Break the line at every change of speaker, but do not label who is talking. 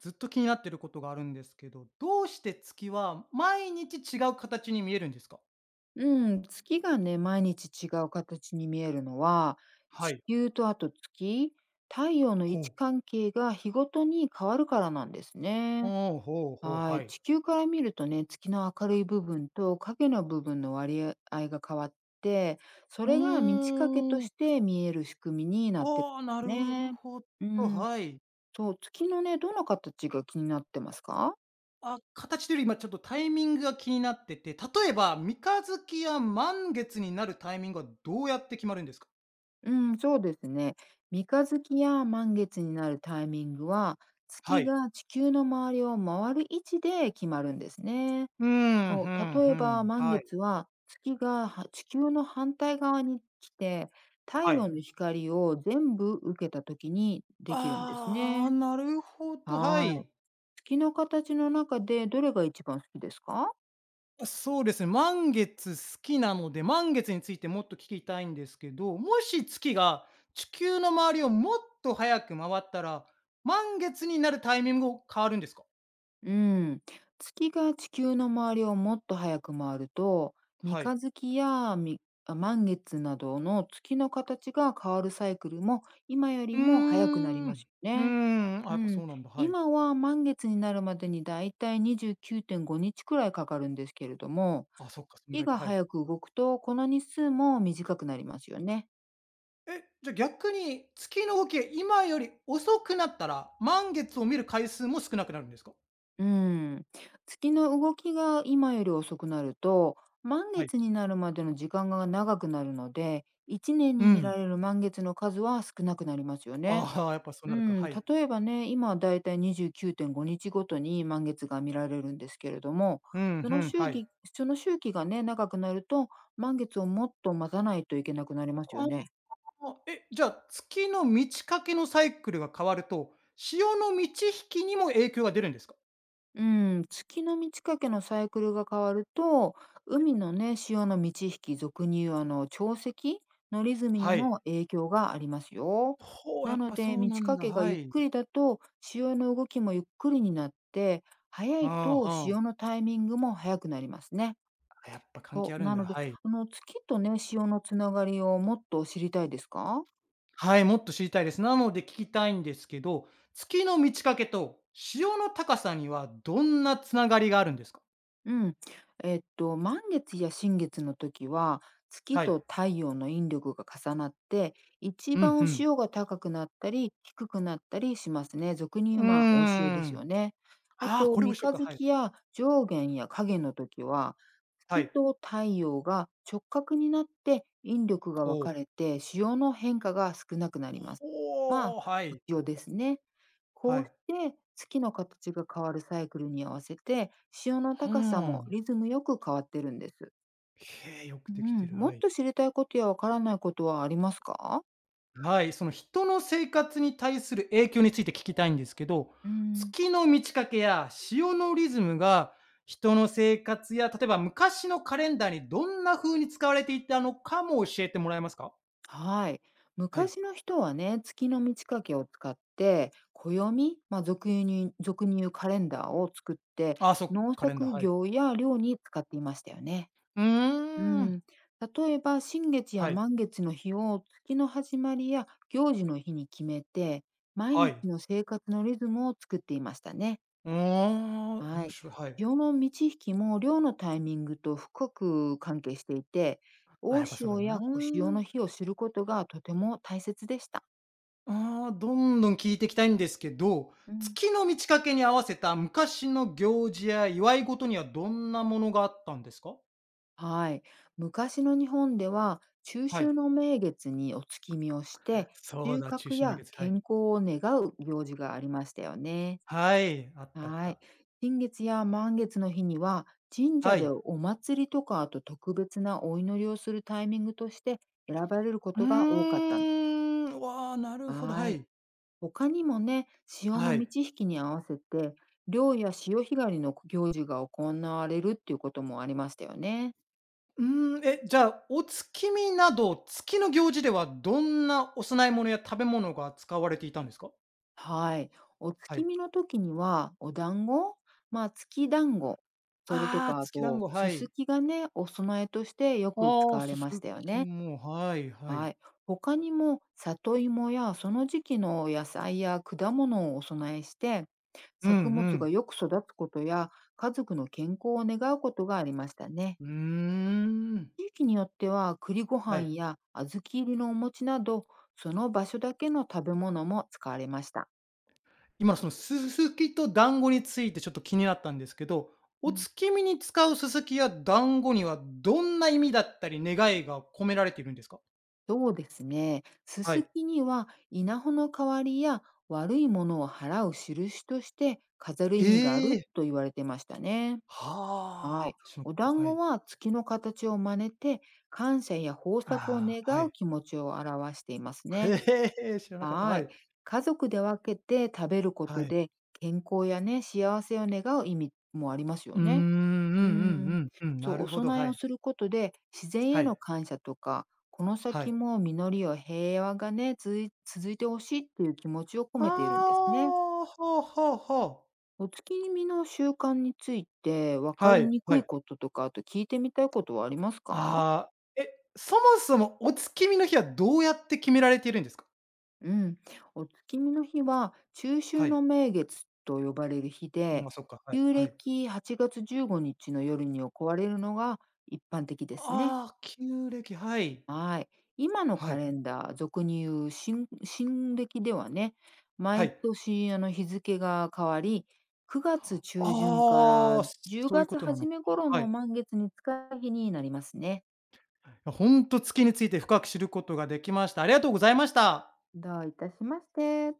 ずっと気になってることがあるんですけど、どうして月は毎日違う形に見えるんですか。
う月がね、毎日違う形に見えるのは、
は
地
い。
球とあと月、太陽の位
ほ
置
う。
関係が日ごとに変わるからなんですね。
おお、ほうほう、
は
は
い、
い。
地球から見るとね、月の明るい部分と影の部分の割合が変わって、そ
う
れが満ち欠けと
ーん。
して見える仕組みになってる
ああ、な
んです
る
ね。
ほど、
うん、
はい。
そう、月のね、どの形が気になってますか？
あ、形というより今ちょっとタイミングが気になってて、例えば三日月や満月になるタイミングはどうやって決まるんですか。
うん、そうですね。三日月や満月になるタイミングは、
は
月
い。
が地球の周りを回る位置で決まるんですね。
うーん、ふ
そう、
ん、ふ
例えば
ん。
満
はい。
月は月が地球の反対側に来て、太
は
陽
い。
の光を全部受けた時にできるんです
ああ、
ね。
なるほど、は
はい。
い。
月の形の中でどれが一番好きですか。
そうですね、満月好きなので、満月についてもっと聞きたいんですけど、もし月が地球の周りをもっと早く回ったら、満月になるタイミングが変わるんですか？
うん、月が地球の周りをもっと早く回ると、三
はい。
日月やみあ満月などの月の形が変わるサイクルも今よ
う
り
ー
も早くなり
ん。
ま
う
すよ
ー
ね。
ん、あ、
う
やっぱそ
ん、
うなんだ、はい。
今は満月になるまでにだいたい29.5日くらいかかるんですけれども、
あ、そっか、そんぐ
日
らいか、
が
はい。
早く動くとこの日数も短くなりますよね。
え、じゃあ逆に月の動きが今より遅くなったら、満月を見る回数も少なくなるんですか？
うーん、月の動きが今より遅くなると、満
はい。
月になるまでの時間が長くなるので、一年
う
に見ら
ん。
れる満月の数は少なくなりますよね。
ああ、やっぱそう
う
なるか、
ん、
はい。
例えばね、今はだいたい29.5日ごにちごとに満月が見られるんですけれども、
うん、
そ
う
の
ん、
周
はい。
期その周期がね、長くなると、満月をもっと待たないといけなくなりますよね。
あ、え、じゃあ、月の満ち欠けのサイクルが変わると、潮の満ち引きにも影響が出るんですか？
う月の満ち欠けのサイクルが変わると、海のね、潮の満ち引き、俗に言うあの潮汐のリズムに
はい。
も影響がありますよ。
ほう、や
な
っ
の
ぱ
で、
そう
満
な
ち
ん
欠
だ。
けが
は
ゆっ
い。
くりだと、潮の動きもゆっくりになって、早
あ
い
あ、は
と潮
あ。
のタイミングも早くなりますね。
あ、やっぱ関係
そ
あ
う
るん
な
だ。
ので、
はい。
あの月とね、潮のつながりをもっと知りたいですか。
はい、もっと知りたいです。なので聞きたいんですけど、月の満ち欠けと潮の高さにはどんなつながりがあるんですか？
うん。満月や新月の時は、月
はい。
と太陽の引力が重なって、一
うん、う
番
ん。
潮が高くなったり、低くなったりしますね。俗に言
う
う、
ー
まあ、大潮です
ん。
よね。あ
ああ、
と、
これを
三
しよう
日
か。はい。
月や上弦や影の時は、
は
月
い。
と太陽が直角になって、引力が
お
分か
お。
れて、潮の変化が少なくなります。ま
ほー、は
あ、
い。
潮ですね。
は
こうし
い。
て月の形が変わるサイクルに合わせて潮の
ふー
高さも
ん。
リズムよく変わってるんです。
へえ、よく
う
できて
ん、
る。
も
は
っ
い。
と知りたいことやわからないことはありますか。
はい、その人の生活に対する影響について聞きたいんですけど、
うん、
月の満ち欠けや潮のリズムが人の生活や、例えば昔のカレンダーにどんな風に使われていたのかも教えてもらえますか？
はい。
はい。
昔の人はね、月の満ち欠けを使って、暦、まあ、俗入俗入カレンダーを作って、
あ、そっか、
農
カレンダ
作
ー、はい。
業や漁に使っていましたよね。
うー
う
ん。
ん、例えば新月や
はい、
満月の日を月の始まりや行事の日に決めて、毎
は
日
い。
の生活のリズムを作っていましたね。
うーん、
は
面
い。
白い、はい。
潮の満ち引きも漁のタイミングと深く関係していて、
あ、や
大
っぱそうだ
潮
よな。
や小潮の日を知ることがとても大切でした。
ああ、どんどん聞いていきたいんですけど、
うん、
月の満ち欠けに合わせた昔の行事や祝い事にはどんなものがあったんですか？
はい。昔の日本では、中
は
秋
い。
の名月にお月見をして、
そう
収
だ、中
穫
止の
や
未決、はい。
健康を願う行事がありましたよね。
はい、あったあっ
はい。
た。
新月や満月の日には、神社
は
で
い。
お祭りとか、あと特別なお祈りをするタイミングとして選ばれるこ
う
とが多かったんです。
ーん、わあ、なるほど、は
はい。
い。
他にもね、潮の
はい。
満ち引きに合わせて、漁や潮干狩りの行事が行われるっていうこともありましたよね。
うーん、え、じゃあ、お月見など、月の行事ではどんなお供え物や食べ物が使われていたんですか？
はい。お
は
月
い。
見の時には、お団子、まあ、月団子。それと
ああ、
か、あ
月団
と、
子、は
す
い。
すきがね、お供えとしてよく
あ
使
あ、
わ
す
れ
す
ましたよ
き
ね。
も、はいはい。
はい。他にも里芋やその時期の野菜や果物をお供えして、
うんう
作物が
ん。
よく育つことや家族の健康を願うことがありましたね。
うーん。
地域によっては栗ご
はい。
飯や小豆入りのお餅など、その場所だけの食べ物も使われました。
今そのすすきと団子についてちょっと気になったんですけど、
う
お
ん、
月見に使うすすきや団子にはどんな意味だったり願いが込められているんですか？
そうですね。す
は
す
い。
きには稲穂の代わりや悪いものを払う印として飾る
え
意味がある
え。
と言われてましたね。は
は
い。
あ。しょ、
お団
は
子
い。
は月の形を真似て、感謝や豊作を
あ
願
あ、はい。
う気持ちを表していますね。
へえ、知らなかった。
は
は
い。
い。
家族で分けて食べるこ
は
と
い。
で、健康やね、幸せを願う意味もあります
う
よ
ーん、うん
ね。う
うん
ん。
うん、うん、
そ
な
う、お
るほど、
供え
は
を
い。
することで、自然
は
への
い。
感謝とか、この
は
先
い。
も実りを平和がね、続いてほしいっていう気持ちを込
あ
めているんですね。
あ、はあはあはあ。
お月見の習慣について分か
は
り
い、
に
は
くい
い。
こととか、あと聞いてみたいことはありますか。
ああ、え、そもそもお月見の日はどうやって決められているんですか？
うん。お月見の日は中秋
は
の
い。
名月と呼ばれる日
ま
で、
あ、そっか、はい、
旧
はい。
暦8月15日の夜に行われるのが一般的ですね。
ああ、旧暦、はい。
はい。今の
は
カ
い、
レンダー、俗に言う新暦ではね、
は
毎
い。
年あの日付が変わり、9月中旬か
あ
ら
あ、
10
そういうこ
月
となの
初
か。
め頃
はい。い
の満月に近い日になりますね。
や、ほんと月について深く知ることができました。ありがとうございました。
どういたしまして。